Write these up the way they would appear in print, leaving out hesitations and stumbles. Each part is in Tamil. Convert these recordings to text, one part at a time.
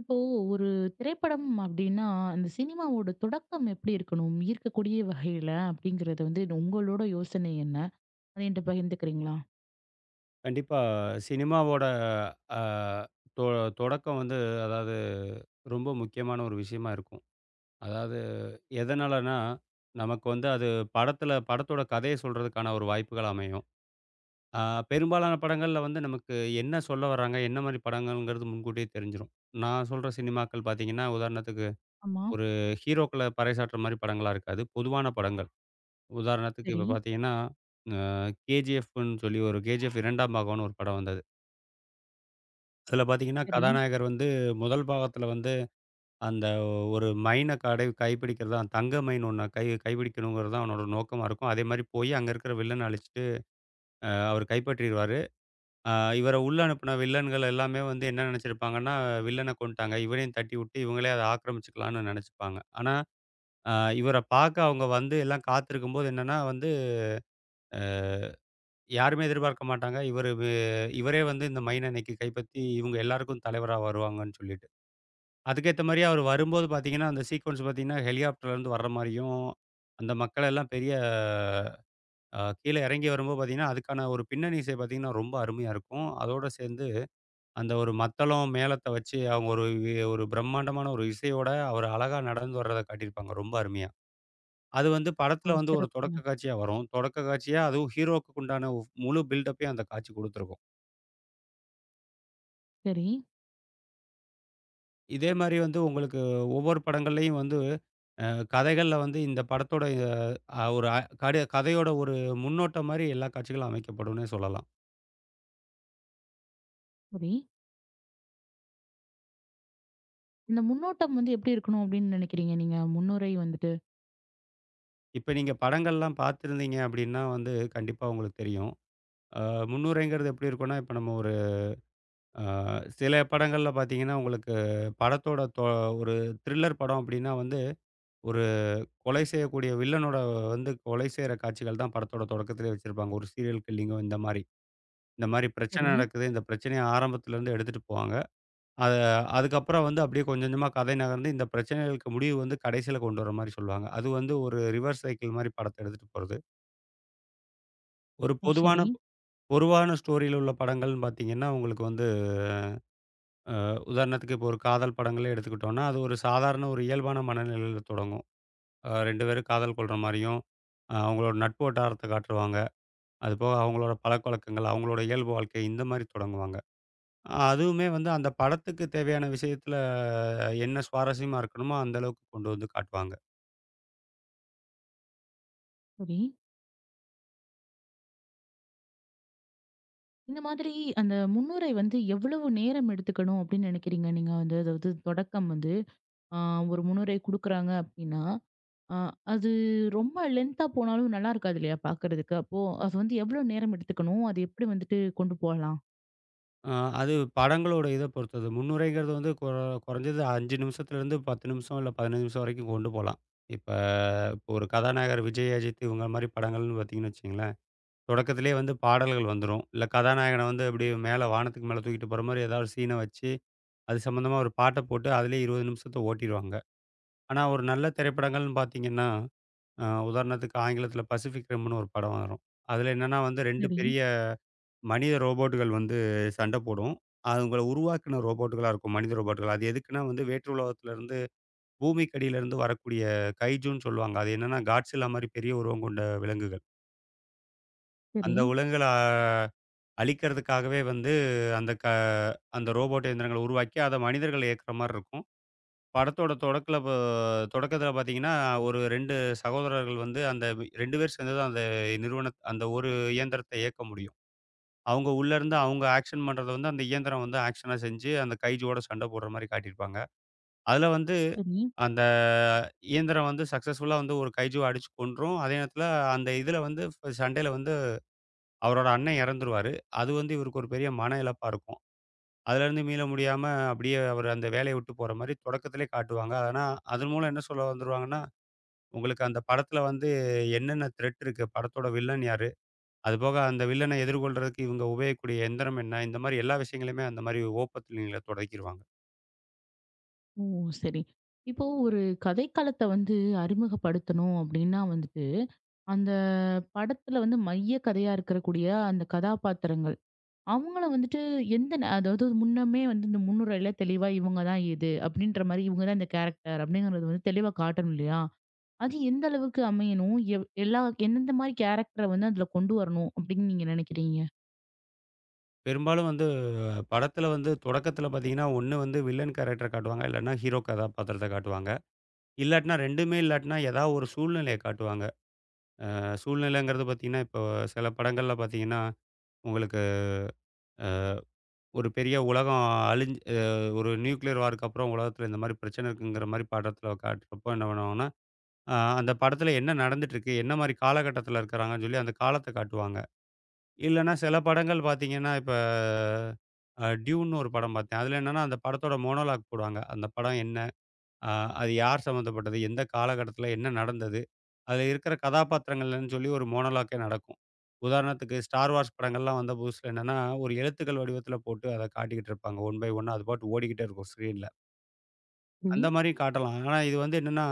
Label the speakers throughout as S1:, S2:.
S1: இப்போ ஒரு திரைப்படம் அப்படின்னா, அந்த சினிமாவோட தொடக்கம் எப்படி இருக்கணும்? ஈர்க்கக்கூடிய வகையில அப்படிங்கிறது வந்து இது உங்களோட யோசனை என்ன? அத என்ட்ட பகிர்ந்துக்கிறீங்களா?
S2: கண்டிப்பா. சினிமாவோட அ தொ தொடக்கம் வந்து அதாவது ரொம்ப முக்கியமான ஒரு விஷயமா இருக்கும். அதாவது எதனாலன்னா, நமக்கு வந்து அது படத்தோட கதைய சொல்றதுக்கான ஒரு வாய்ப்புகள் அமையும். அ பெரும்பாலான படங்கள்ல வந்து நமக்கு என்ன சொல்ல வராங்க, என்ன மாரி படங்கள்ங்கிறது முன்கூட்டியே தெரிஞ்சிரும். நான் சொல்ற சினிமாக்கள் பார்த்தீங்கன்னா, உதாரணத்துக்கு
S1: ஆமா.
S2: ஒரு ஹீரோக்கள பறைசாற்றுற மாரி படங்களா இருக்காது. பொதுவான படங்கள். உதாரணத்துக்கு
S1: சரி,
S2: இப்ப பார்த்தீங்கன்னா, அ கேஜிஎஃப்ன்னு சொல்லி ஒரு கேஜிஎஃப் 2ஆம் பாகம்னு ஒரு படம் வந்தது. அதில பார்த்தீங்கன்னா,
S1: சரி.
S2: கதாநாயகர் வந்து முதல் பாகத்தில வந்து அந்த ஒரு மைன கடை கைப்பிடிக்கிறது தான் தங்க மைன் ஒண்ண கைப்பிடிக்கணுங்கிறது தான் அவனோட நோக்கமா இருக்கும். அதேமாரி போய் அங்க இருக்கிற வில்லன அழிச்சுட்டு அவர் கைப்பற்றிருவாரு. அ இவர உள்ள அனுப்புன வில்லன்கள் எல்லாமே வந்து என்ன நெனச்சிருப்பாங்கன்னா, வில்லன கொன்ட்டாங்க. இவரையும் தட்டிவுட்டு இவங்களே அத ஆக்கிரமிச்சுக்கலான்னு நெனச்சுப்பாங்க. ஆனா, அ இவர பாக்க அவங்க வந்து எல்லாம் காத்திருக்கும்போது என்னன்னா வந்து, அ யாருமே எதிர்பார்க்க மாட்டாங்க. இவரு வே இவரே வந்து இந்த மைன இன்னைக்கு கைப்பத்தி இவங்க எல்லாருக்கும் தலைவரா வருவாங்கன்னு சொல்லிட்டு. அதுக்கேத்த மாரி அவரு வரும்போது பார்த்தீங்கன்னா, அந்த சீக்வென்ஸ் பார்த்தீங்கன்னா, ஹெலிகாப்டர்லேருந்து வர்ற மாரியும், அந்த மக்கள் எல்லாம் பெரிய கீழ இறங்கி வரும்போது பார்த்தீங்கன்னா, அதுக்கான ஒரு பின்னணி இசை பார்த்தீங்கன்னா, ரொம்ப அருமையா இருக்கும். அதோட சேர்ந்து அந்த ஒரு மத்தளம், மேளத்த வச்சு அவங்க ஒரு பிரம்மாண்டமான ஒரு இசையோட அவரு அழகா நடந்து வர்றத காட்டியிருப்பாங்க. ரொம்ப அருமையா. அது வந்து
S1: ஓ!
S2: படத்துல வந்து ஒரு தொடக்க
S1: சிறப்புங்க.
S2: காட்சியா வரும். தொடக்க காட்சியா அதுவும் ஹீரோவுக்கு உண்டான முழு பில்டப்பையும் அந்த காட்சி குடுத்துருக்கும்.
S1: சரி,
S2: இதே மாரி வந்து உங்களுக்கு ஒவ்வொரு படங்கள்லயும் வந்து, அ கதைகள்ல வந்து இந்த படத்தோட அ ஒரு அ கட கதையோட ஒரு முன்னோட்டம் மாரி எல்லா காட்சிகளும் அமைக்கப்படும்னே சொல்லலாம்.
S1: சரி. இந்த முன்னோட்டம் வந்து எப்படி இருக்கணும் அப்படின்னு நினைக்கிறீங்க நீங்க? முன்னுரை வந்துட்டு.
S2: இப்ப நீங்க படங்கள்லாம் பார்த்துருந்தீங்க அப்படின்னா வந்து கண்டிப்பா உங்களுக்கு தெரியும். அ முன்னுரைங்கிறது எப்படி இருக்கும்னா, இப்ப நம்ம ஒரு அ சில படங்கள்ல பார்த்தீங்கன்னா, உங்களுக்கு படத்தோட தொ ஒரு த்ரில்லர் படம் அப்படின்னா வந்து, ஒரு கொலை செய்யக்கூடிய வில்லனோட வந்து கொலை செய்ற காட்சிகள் தான் படத்தோட தொடக்கத்திலேயே வச்சிருப்பாங்க. ஒரு சீரியல் கில்லிங்கோ இந்த மாரி. இந்த மாரி பிரச்சனை
S1: சரி.
S2: நடக்குது. இந்த பிரச்சனைய ஆரம்பத்துலேருந்து எடுத்துட்டு போவாங்க. அத அதுக்கப்புறம் வந்து அப்படியே கொஞ்சம் கொஞ்சமா கதை நகர்ந்து இந்த பிரச்சனைகளுக்கு முடிவு வந்து கடைசியில கொண்டு வர மாரி சொல்லுவாங்க. அது வந்து ஒரு ரிவர்ஸ் சைக்கிள் மாரி படத்த எடுத்துட்டு போறது. ஒரு
S1: ஓ!
S2: பொதுவான
S1: சரி,
S2: பொதுவான ஸ்டோரியில உள்ள படங்கள்னு பார்த்தீங்கன்னா, உங்களுக்கு வந்து உதாரணத்துக்கு இப்போ ஒரு காதல் படங்களே எடுத்துக்கிட்டோம்னா, அது ஒரு சாதாரண ஒரு இயல்பான மனநிலையில தொடங்கும். 2 பேரும் காதல் கொள்ற மாரியும், அவங்களோட நட்பு வட்டாரத்த காட்டுவாங்க. அதுபோக அவங்களோட பழக்கவழக்கங்கள், அவங்களோட இயல்பு வாழ்க்கை இந்த மாரி தொடங்குவாங்க. அதுவுமே வந்து அந்த படத்துக்கு தேவையான விஷயத்துல என்ன சுவாரஸ்யமா இருக்கணுமோ அந்த அளவுக்கு கொண்டு வந்து காட்டுவாங்க.
S1: சரி. இந்த மாதிரி அந்த முன்னுரை வந்து எவ்வளவு நேரம் எடுத்துக்கணும் அப்படின்னு நினைக்கிறீங்க? நீங்க வந்து அதாவது தொடக்கம் வந்து, ஆ ஒரு முன்னுரை குடுக்குறாங்க அப்படின்னா, ஆ, அது ரொம்ப லென்த்தா போனாலும் நல்லா இருக்காது இல்லையா பாக்குறதுக்கு. அப்போ அது வந்து எவ்ளோ நேரம் எடுத்துக்கணும்? அது எப்படி வந்துட்டு கொண்டு போலாம்?
S2: அ அது படங்களோட இத பொறுத்தது. முன்னுரைங்கிறது வந்து கொறஞ்சது 5 நிமிஷத்துலேருந்து 10 நிமிஷம் இல்ல 15 நிமிஷம் வரைக்கும் கொண்டு போலாம். இப்ப இப்போ ஒரு கதாநாயகர் விஜய், அஜித் இவங்க மாரி படங்கள்னு பார்த்தீங்கன்னு வச்சுக்கங்களேன், தொடக்கத்திலேயே வந்து பாடல்கள் வந்துரும். இல்ல கதாநாயகன வந்து அப்படியே மேல வானத்துக்கு மேல தூக்கிட்டு போற மாரி ஏதாவது சீன வச்சு, அது சம்மந்தமா ஒரு பாட்ட போட்டு அதிலேயே 20 நிமிஷத்த ஓட்டிருவாங்க. ஆனா ஒரு நல்ல திரைப்படங்கள்னு பார்த்தீங்கன்னா உதாரணத்துக்கு ஆங்கிலத்தில பசிஃபிக் ரிம்னு ஒரு படம் வரும். அதில என்னன்னா வந்து 2
S1: சரி,
S2: பெரிய மனித ரோபோட்டுகள் வந்து சண்டை போடும். அதுங்கள உருவாக்கின ரோபோட்டுகளா இருக்கும். மனித ரோபோட்டுகள். அது எதுக்குன்னா வந்து வேற்று உலகத்திலருந்து பூமிக்கு அடியிலருந்து வரக்கூடிய கைஜூன்னு சொல்லுவாங்க. அது என்னன்னா காட்ஸில்லா மாரி பெரிய உருவம் கொண்ட விலங்குகள்.
S1: சரி,
S2: அந்த விலங்குகள அழிக்கிறதுக்காகவே வந்து அந்த க அந்த ரோபோட் இயந்திரங்கள உருவாக்கி அத மனிதர்கள் இயக்குற மாரி இருக்கும். படத்தோட தொடக்கல ப தொடக்கத்தில பார்த்தீங்கன்னா, ஒரு 2 சகோதரர்கள் வந்து அந்த 2 பேர் சேர்ந்து தான் அந்த ஒரு இயந்திரத்த இயக்க முடியும். அவங்க உள்ளருந்து அவங்க ஆக்ஷன் பண்றத வந்து அந்த இயந்திரம் வந்து ஆக்ஷனா செஞ்சு, அந்த கைஜூவோட சண்ட போடுற மாரி காட்டியிருப்பாங்க. அதுல வந்து
S1: சரி.
S2: அந்த இயந்திரம் வந்து சக்சஸ்ஃபுல்லா வந்து ஒரு கைஜூவ அடிச்சு கொன்றும். அதே நேரத்தில அந்த இதுல வந்து சண்டையில வந்து அவரோட அண்ணன் இறந்துருவாரு. அது வந்து இவருக்கு ஒரு பெரிய மன இழப்பா இருக்கும். அதுலேருந்து மீள முடியாம அப்படியே அவர் அந்த வேலைய விட்டு போற மாரி தொடக்கத்திலே காட்டுவாங்க. ஆனா, அதன் மூலம் என்ன சொல்ல வந்துருவாங்கன்னா உங்களுக்கு அந்த படத்துல வந்து என்னென்ன த்ரெட் இருக்கு? படத்தோட வில்லன் யாரு? அதுபோக அந்த வில்லனை எதிர்கொள்றதுக்கு இவங்க உபயோகிக்கக்கூடிய எந்திரம் என்ன? இந்த மாரி எல்லா விஷயங்களையுமே அந்த மாரி ஓப்பத்துல நீங்கள தொடக்கிருவாங்க.
S1: ஓ! சரி. இப்போ ஒரு கதைக்களத்த வந்து அறிமுகப்படுத்தணும் அப்படின்னா வந்துட்டு, அந்த படத்துல வந்து மைய கதையா இருக்கக்கூடிய அந்த கதாபாத்திரங்கள், அவங்கள வந்துட்டு எந்த நே அதாவது முன்னமே வந்து இந்த முன்னுரையில தெளிவா இவங்க தான் இது அப்படின்ற மாரி, இவங்க தான் இந்த கேரக்டர் அப்படிங்கிறது வந்து தெளிவா காட்டணும் இல்லையா? அது எந்த அளவுக்கு அமையணும்? எல்லா எந்தெந்த மாரி கேரக்டர வந்து அதுல கொண்டு வரணும் அப்படின்னு நீங்க நினைக்கிறீங்க?
S2: பெரும்பாலும் வந்து படத்துல வந்து தொடக்கத்துல பார்த்தீங்கன்னா, ஒண்ணு வந்து வில்லன் கேரக்டர காட்டுவாங்க. இல்லன்னா ஹீரோ கதாபாத்திரத்த காட்டுவாங்க. இல்லாட்டினா 2மே இல்லாட்டினா ஏதாவது ஒரு சூழ்நிலைய காட்டுவாங்க. சூழ்நிலைங்கிறது பார்த்தீங்கன்னா, இப்போ சில படங்கள்ல பார்த்தீங்கன்னா, உங்களுக்கு ஒரு பெரிய உலகம் அழிஞ்சு ஒரு நியூக்ளியர் வார்க்கு அப்புறம் உலகத்துல இந்த மாரி பிரச்சனை இருக்குங்கிற மாரி படத்துல காட்டுறப்போ என்ன பண்ணுவாங்கன்னா அந்த படத்துல என்ன நடந்துட்டுருக்கு? என்ன மாரி காலகட்டத்துல இருக்கிறாங்கன்னு சொல்லி அந்த காலத்த காட்டுவாங்க. இல்லன்னா சில படங்கள் பார்த்தீங்கன்னா, இப்ப டியூன்னு ஒரு படம் பார்த்தேன். அதுல என்னன்னா, அந்த படத்தோட மோனோலாக் போடுவாங்க. அந்த படம் என்ன? அ அது யார் சம்மந்தப்பட்டது? எந்த காலகட்டத்துல என்ன நடந்தது? அதுல இருக்கிற கதாபாத்திரங்கள்லன்னு சொல்லி ஒரு மோனோலாக்கே நடக்கும். உதாரணத்துக்கு ஸ்டார் வார்ஸ் படங்கள்லாம் வந்த புதுசுல என்னன்னா, ஒரு எழுத்துக்கள் வடிவத்துல போட்டு அத காட்டிக்கிட்டு இருப்பாங்க. ஒன் பை ஒன்னா அது பாட்டு ஓடிக்கிட்டே இருக்கும் ஸ்க்ரீன்ல. அந்த
S1: ம்.
S2: மாரி காட்டலாம். ஆனா இது வந்து என்னன்னா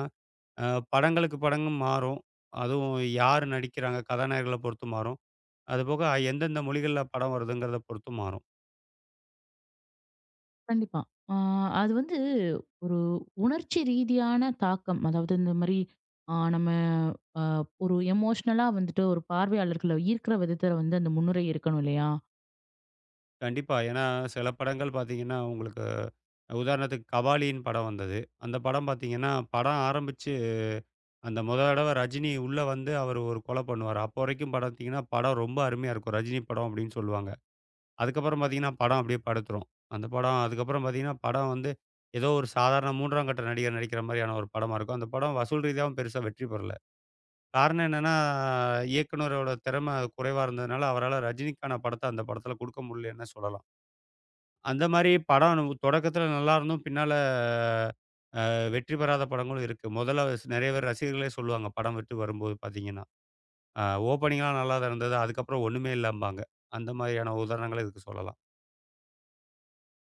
S2: அ படங்களுக்கு படங்கள் மாறும். அதுவும் யார் நடிக்கிறாங்க, கதாநாயகர்கள பொறுத்து மாறும். அதுபோக எந்தெந்த மொழிகள்ல படம் வருதுங்கிறத பொறுத்தும் மாறும்.
S1: கண்டிப்பா. ஆ அது வந்து ஒரு உணர்ச்சி ரீதியான தாக்கம். அதாவது இந்த மாரி நம்ம அ ஒரு எமோஷனலா வந்துட்டு ஒரு பார்வையாளர்கள ஈர்க்கிற விதத்துல வந்து அந்த முன்னுரை இருக்கணும் இல்லையா?
S2: கண்டிப்பா. ஏன்னா சில படங்கள் பார்த்தீங்கன்னா, உங்களுக்கு உதாரணத்துக்கு கபாலின்னு படம் வந்தது. அந்த படம் பார்த்தீங்கன்னா, படம் ஆரம்பிச்சு அந்த மொத தடவ ரஜினி உள்ள வந்து அவரு ஒரு கொலை பண்ணுவாரு. அப்போ வரைக்கும் பார்த்தீங்கன்னா, படம் ரொம்ப அருமையா இருக்கும். ரஜினி படம் அப்படின்னு சொல்லுவாங்க. அதுக்கப்புறம் பார்த்தீங்கன்னா, படம் அப்படியே படுத்துரும். அந்த படம் அதுக்கப்புறம் பார்த்தீங்கன்னா, படம் வந்து ஏதோ ஒரு சாதாரண 3ஆம் கட்ட நடிகர் நடிக்கிற மாரியான ஒரு படமா இருக்கும். அந்த படம் வசூல் ரீதியாவும் பெருசா வெற்றி பெறல. காரணம் என்னன்னா, இயக்குனரோட திறமை குறைவா இருந்ததுனால, அவரால ரஜினிக்கான படத்த அந்த படத்துல குடுக்க முடியலன்னு சொல்லலாம். அந்த மாரி படம் நமக்கு தொடக்கத்துல நல்லாருந்தும், பின்னால வெற்றி பெறாத படங்களும் இருக்கு. முதல்ல நெறைய பேர் ரசிகர்களே சொல்லுவாங்க, படம் விட்டு வரும்போது பார்த்தீங்கன்னா, அ ஓப்பனிங்லாம் நல்லா தான் இருந்தது. அதுக்கப்புறம் ஒண்ணுமே இல்லம்பாங்க. அந்த மாரியான உதாரணங்கள இதுக்கு சொல்லலாம்.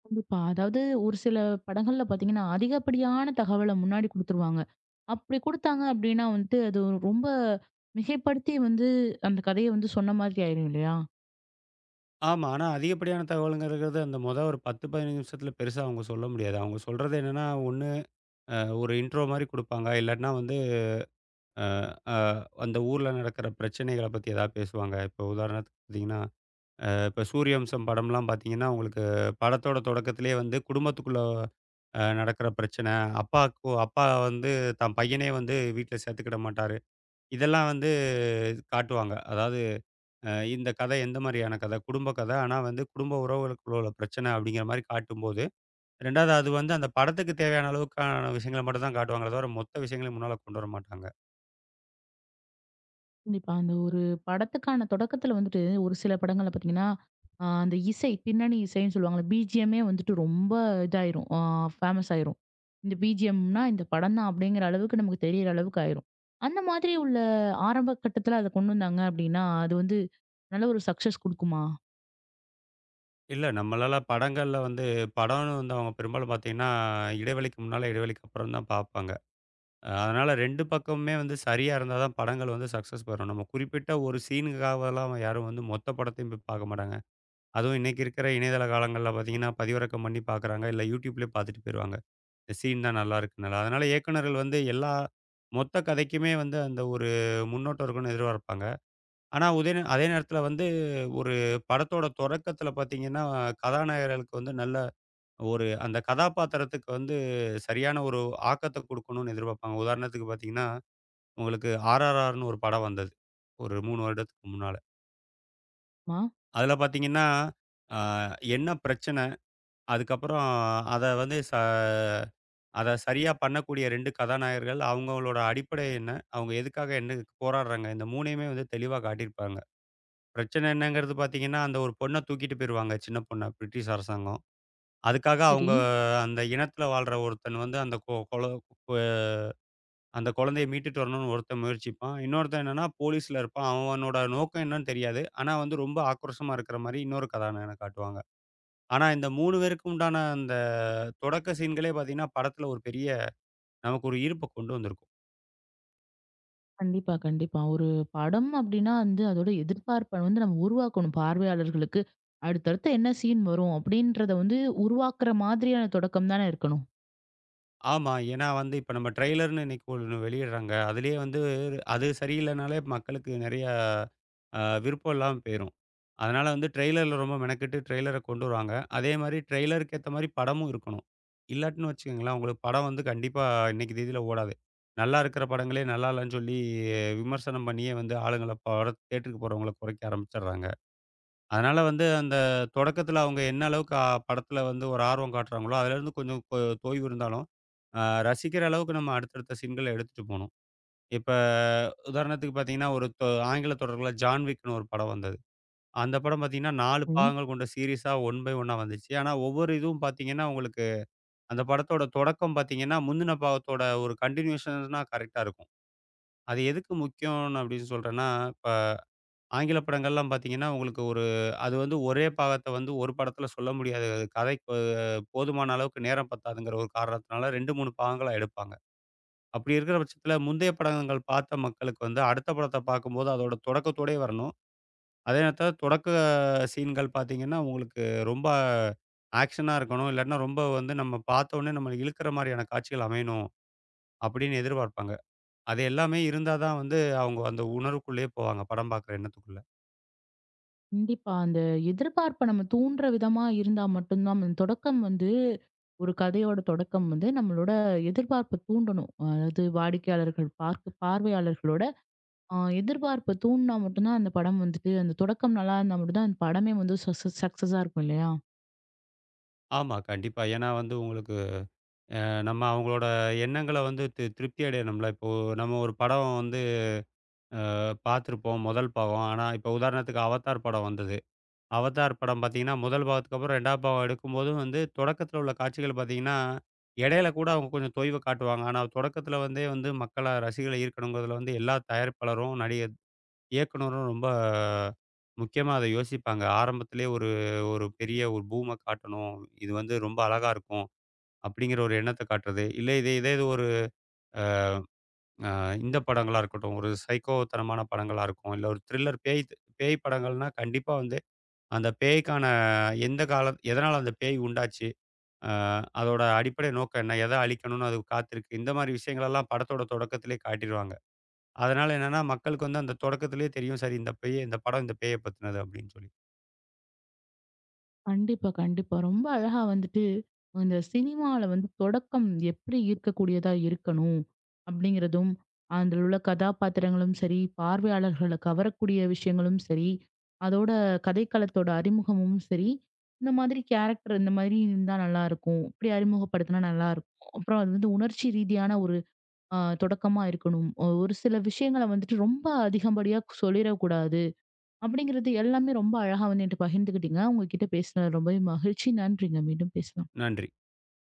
S1: கண்டிப்பா. அதாவது ஒரு சில படங்கள்ல பார்த்தீங்கன்னா, அதிகப்படியான தகவல முன்னாடி குடுத்துருவாங்க. அப்படி குடுத்தாங்க அப்படின்னா வந்துட்டு, அது ஒரு ரொம்ப மிகைப்படுத்தி வந்து அந்த கதைய வந்து சொன்ன மாதிரி ஆயிரும் இல்லையா?
S2: ஆமா. ஆனா, அதிகப்படியான தகவலுங்கிறது அந்த மொத ஒரு 10, 15 நிமிஷத்துல பெருசா அவங்க சொல்ல முடியாது. அவங்க சொல்றது என்னன்னா, ஒண்ணு ஒரு இன்ட்ரோ மாரி குடுப்பாங்க. இல்லாட்டினா வந்து அ அ அந்த ஊர்ல நடக்கிற பிரச்சனைகள பத்தி ஏதாவது பேசுவாங்க. இப்போ உதாரணத்துக்கு பார்த்தீங்கன்னா, இப்ப சூரியவம்சம் படம்லாம் பார்த்தீங்கன்னா, உங்களுக்கு படத்தோட தொடக்கத்திலேயே வந்து குடும்பத்துக்குள்ள நடக்கிற பிரச்சனை, அப்பாக்கு அப்பா வந்து தான் பையனே வந்து வீட்ல சேர்த்துக்கிட மாட்டாரு. இதெல்லாம் வந்து காட்டுவாங்க. அதாவது இந்த கதை எந்த மாதிரியான கதை குடும்ப கதை ஆனால் வந்து குடும்ப உறவுகளுக்குள்ள உள்ள பிரச்சனை அப்படிங்கிற மாதிரி காட்டும்போது ரெண்டாவது அது வந்து அந்த படத்துக்கு தேவையான அளவுக்கான விஷயங்களை மட்டும் தான் காட்டுவாங்களே தவிர மொத்த விஷயங்களையும் முன்னால் கொண்டு வர மாட்டாங்க.
S1: கண்டிப்பா. அந்த ஒரு படத்துக்கான தொடக்கத்துல வந்துட்டு, ஒரு சில படங்கள்ல பார்த்தீங்கன்னா, அந்த இசை பின்னணி இசைன்னு சொல்லுவாங்கல்ல, பிஜிஎம்மே வந்துட்டு ரொம்ப இதாயிரும். ஃபேமஸ் ஆயிரும். இந்த பிஜிஎம்னா இந்த படம் தான் அப்படிங்கிற அளவுக்கு நமக்கு தெரியிற அளவுக்கு ஆயிரும். அந்த மாதிரி உள்ள ஆரம்ப கட்டத்துல அத கொண்டு வந்தாங்க அப்படின்னா, அது வந்து நல்ல ஒரு சக்சஸ் குடுக்குமா?
S2: இல்லை, நம்மளால படங்களில் வந்து படம்னு வந்து அவங்க பெரும்பாலும் பார்த்தீங்கன்னா இடைவெளிக்கு முன்னால் இடைவெளிக்கு அப்புறம் தான் பார்ப்பாங்க. அதனால ரெண்டு பக்கமுமே வந்து சரியாக இருந்தால் தான் படங்கள் வந்து சக்ஸஸ் பெறும். நம்ம குறிப்பிட்ட ஒரு சீனுக்காகலாம் யாரும் வந்து மொத்த படத்தையும் போய் பார்க்க மாட்டாங்க. அதுவும் இன்னைக்கு இருக்கிற இணையதள காலங்களில் பார்த்தீங்கன்னா பதிவிறக்கம் பண்ணி பார்க்குறாங்க. இல்லை யூடியூப்லேயே பார்த்துட்டு போயிடுவாங்க சீன் தான் நல்லா இருக்குனால. அதனால இயக்குனர்கள் வந்து எல்லா மொத்த கதைக்குமே வந்து அந்த ஒரு முன்னோட்டம் இருக்குன்னு எதிர்பார்ப்பாங்க. ஆனா அதே நேரத்தில வந்து ஒரு படத்தோட தொடக்கத்தில பார்த்தீங்கன்னா, கதாநாயகர்களுக்கு வந்து நல்ல ஒரு அந்த கதாபாத்திரத்துக்கு வந்து சரியான ஒரு ஆக்கத்த குடுக்கணும்னு எதிர்பார்ப்பாங்க. உதாரணத்துக்கு பார்த்தீங்கன்னா, உங்களுக்கு ஆர்ஆர்ஆர்ன்னு ஒரு படம் வந்தது. ஒரு 3 வருடத்துக்கு முன்னால.
S1: மா?
S2: அதில பார்த்தீங்கன்னா, ஆ என்ன பிரச்சனை? அதுக்கப்புறம் அத வந்து ச அத சரியா பண்ணக்கூடிய 2 கதாநாயகர்கள், அவங்களோட அடிப்படை என்ன? அவங்க எதுக்காக என்ன போராடுறாங்க? இந்த 3யுமே வந்து தெளிவா காட்டியிருப்பாங்க. பிரச்சனை என்னங்கிறது பார்த்தீங்கன்னா, அந்த ஒரு பொண்ண தூக்கிட்டு போயிருவாங்க, சின்ன பொண்ண பிரிட்டிஷ் அரசாங்கம். அதுக்காக
S1: சரி.
S2: அவங்க அந்த இனத்தில வாழ்ற ஒருத்தன் வந்து அந்த கொ கொல கொ அந்த குழந்தைய மீட்டுட்டு வரணும்னு ஒருத்தன் முயற்சிப்பான். இன்னொருத்தன் என்னன்னா போலீஸ்ல இருப்பான். அவனோட நோக்கம் என்னன்னு தெரியாது. ஆனா வந்து ரொம்ப ஆக்ரோஷமா இருக்கிற மாரி இன்னொரு கதாநாயகன காட்டுவாங்க. ஆனா இந்த 3 பேருக்கு உண்டான அந்த தொடக்க சீன்களே பார்த்தீங்கன்னா, படத்தில ஒரு பெரிய நமக்கு ஒரு ஈர்ப்ப கொண்டு வந்திருக்கும்.
S1: கண்டிப்பா, கண்டிப்பா. ஒரு படம் அப்படின்னா வந்து அதோட எதிர்பார்ப்ப வந்து நம்ம உருவாக்கணும் பார்வையாளர்களுக்கு. அடுத்தடுத்து என்ன சீன் வரும்? அப்படின்றத வந்து உருவாக்குற மாதிரியான தொடக்கம் தானே இருக்கணும்.
S2: ஆமா. ஏன்னா வந்து இப்ப நம்ம ட்ரெய்லர்ன்னு இன்னைக்கு ஒண்ணு வெளியிடுறாங்க. அதிலேயே வந்து அது சரியில்லனாலே மக்களுக்கு நெறைய விருப்பம் இல்லாம போயிரும். அதனால வந்து ட்ரெய்லர்ல ரொம்ப மெனக்கெட்டு ட்ரெய்லர கொண்டு வருவாங்க. அதே மாரி ட்ரெய்லருக்கு ஏத்த மாரி படமும் இருக்கணும். இல்லாட்டின்னு வச்சுக்கங்களேன், உங்களுக்கு படம் வந்து கண்டிப்பா இன்னைக்கு தேதியில ஓடாது. நல்லா இருக்கிற படங்களே நல்லா இல்லன்னு சொல்லி விமர்சனம் பண்ணியே வந்து ஆளுங்கள பட தியேட்டருக்கு போறவங்கள குறைக்க ஆரம்பிச்சுடுறாங்க. அதனால வந்து அந்த தொடக்கத்தில அவங்க என்ன அளவுக்கு படத்தில வந்து ஒரு ஆர்வம் காட்டுறாங்களோ, அதிலேருந்து கொஞ்சம் கொ தொய்வு இருந்தாலும், அ ரசிக்கிற அளவுக்கு நம்ம அடுத்தடுத்த சீன்கள எடுத்துட்டு போணும். இப்ப உதாரணத்துக்கு பார்த்தீங்கன்னா, ஒரு தொ ஆங்கில தொடர்கள்ல ஜான் விக்னு ஒரு படம் வந்தது. அந்த படம் பார்த்தீங்கன்னா, 4
S1: ம்.
S2: பாகங்கள் கொண்ட சீரிஸா ஒன் பை ஒன்னா வந்துச்சு. ஆனா ஒவ்வொரு இதுவும் பார்த்தீங்கன்னா, உங்களுக்கு அந்த படத்தோட தொடக்கம் பார்த்தீங்கன்னா, முந்தின பாகத்தோட ஒரு கன்டினியூஷன்னா கரெக்ட்டா இருக்கும். அது எதுக்கு முக்கியம்னு அப்படின்னு சொல்றேன்னா, இப்ப ஆங்கில படங்கள்லாம் பார்த்தீங்கன்னா, உங்களுக்கு ஒரு அது வந்து ஒரே பாகத்த வந்து ஒரு படத்துல சொல்ல முடியாது. அது கதைக்கு போதுமான அளவுக்கு நேரம் பத்தாதுங்கிற ஒரு காரணத்தினால 2, 3 பாகங்களா எடுப்பாங்க. அப்படி இருக்கிற பட்சத்துல முந்தைய படங்கள் பார்த்த மக்களுக்கு வந்து அடுத்த படத்த பார்க்கும்போது அதோட தொடக்கத்தோடயே வரணும். அதே நேரத்துல தொடக்க சீன்கள் பார்த்தீங்கன்னா, உங்களுக்கு ரொம்ப ஆக்ஷனா இருக்கணும். இல்லாட்டினா ரொம்ப வந்து நம்ம பார்த்தோனே நம்மள இழுக்கிற மாரியான காட்சிகள் அமையணும் அப்படின்னு எதிர்பார்ப்பாங்க. அது எல்லாமே இருந்தா தான் வந்து அவங்க அந்த உணர்வுக்குள்ளேயே போவாங்க. படம் பார்க்குற எண்ணத்துக்குள்ள.
S1: கண்டிப்பா. அந்த எதிர்பார்ப்ப நம்ம தூண்டுற விதமா இருந்தா மட்டும் தான், அந்த தொடக்கம் வந்து ஒரு கதையோட தொடக்கம் வந்து நம்மளோட எதிர்பார்ப்ப தூண்டணும். அதாவது வாடிக்கையாளர்கள் பார்க்க பார்வையாளர்களோட எதிர்பார்ப்ப தூண்டுனா மட்டும் தான் அந்த படம் வந்துட்டு அந்த தொடக்கம் நல்லா இருந்தா மட்டும் தான் அந்த படமே வந்து சக்சஸா இருக்கும் இல்லையா?
S2: ஆமா, கண்டிப்பா. ஏன்னா வந்து உங்களுக்கு நம்ம அவங்களோட எண்ணங்கள வந்து திருப்தி அடையணும்ல. இப்போ நம்ம ஒரு படம் வந்து பார்த்துருப்போம் முதல் பாகம். ஆனா, இப்போ உதாரணத்துக்கு அவதார் படம் வந்தது. அவதார் படம் பார்த்தீங்கன்னா, முதல் பாகத்துக்கு அப்புறம் 2வது பாகம் எடுக்கும்போது வந்து தொடக்கத்தில உள்ள காட்சிகள் பார்த்தீங்கன்னா, இடையில கூட அவங்க கொஞ்சம் தொய்வு காட்டுவாங்க. ஆனா, தொடக்கத்தில வந்தே வந்து மக்கள ரசிகர்கள ஈர்க்கணுங்கிறதுல வந்து எல்லா தயாரிப்பாளரும், நடிகர் இயக்குனரும் ரொம்ப முக்கியமா அத யோசிப்பாங்க. ஆரம்பத்திலேயே ஒரு ஒரு பெரிய ஒரு பூம காட்டணும். இது வந்து ரொம்ப அழகா இருக்கும். அப்படிங்கிற ஒரு எண்ணத்த காட்டுறது. இல்ல இதே இதே இது ஒரு அ இந்த படங்களா இருக்கட்டும், ஒரு சைக்கோ தனமான படங்களா இருக்கும். இல்ல ஒரு த்ரில்லர் பேய் த் பேய் படங்கள்னா கண்டிப்பா வந்து அந்த பேய்க்கான எந்த காலம் எதனால அந்த பேய் உண்டாச்சு? அ அதோட அடிப்படை நோக்கம் என்ன? எத அழிக்கணும்னு அது காத்திருக்கு? இந்த மாரி விஷயங்களெல்லாம் படத்தோட தொடக்கத்திலேயே காட்டிருவாங்க. அதனால என்னன்னா, மக்களுக்கு வந்து அந்த தொடக்கத்திலேயே தெரியும். சரி இந்த பேய் இந்த படம் இந்த பேய பத்தினது அப்படின்னு சொல்லி.
S1: கண்டிப்பா, கண்டிப்பா. ரொம்ப அழகா வந்துட்டு, இந்த சினிமால வந்து தொடக்கம் எப்படி ஈர்க்கக்கூடியதா இருக்கணும்? அப்படிங்கிறதும், அதில் உள்ள கதாபாத்திரங்களும் சரி, பார்வையாளர்கள கவரக்கூடிய விஷயங்களும் சரி, அதோட கதைக்களத்தோட அறிமுகமும் சரி, இந்த மாதிரி கேரக்டர் இந்த மாதிரி இருந்தா நல்லாயிருக்கும். இப்படி அறிமுகப்படுத்தினா நல்லாயிருக்கும். அப்புறம் அது வந்து உணர்ச்சி ரீதியான ஒரு தொடக்கமா இருக்கணும். ஒரு சில விஷயங்கள வந்துட்டு ரொம்ப அதிகப்படியா சொல்லிறக்கூடாது. அப்படிங்கிறது எல்லாமே ரொம்ப அழகா வந்து என்கிட்ட பகிர்ந்துக்கிட்டீங்க. உங்ககிட்ட பேசினது ரொம்பவே மகிழ்ச்சி. நன்றிங்க. மீண்டும் பேசலாம்.
S2: நன்றி.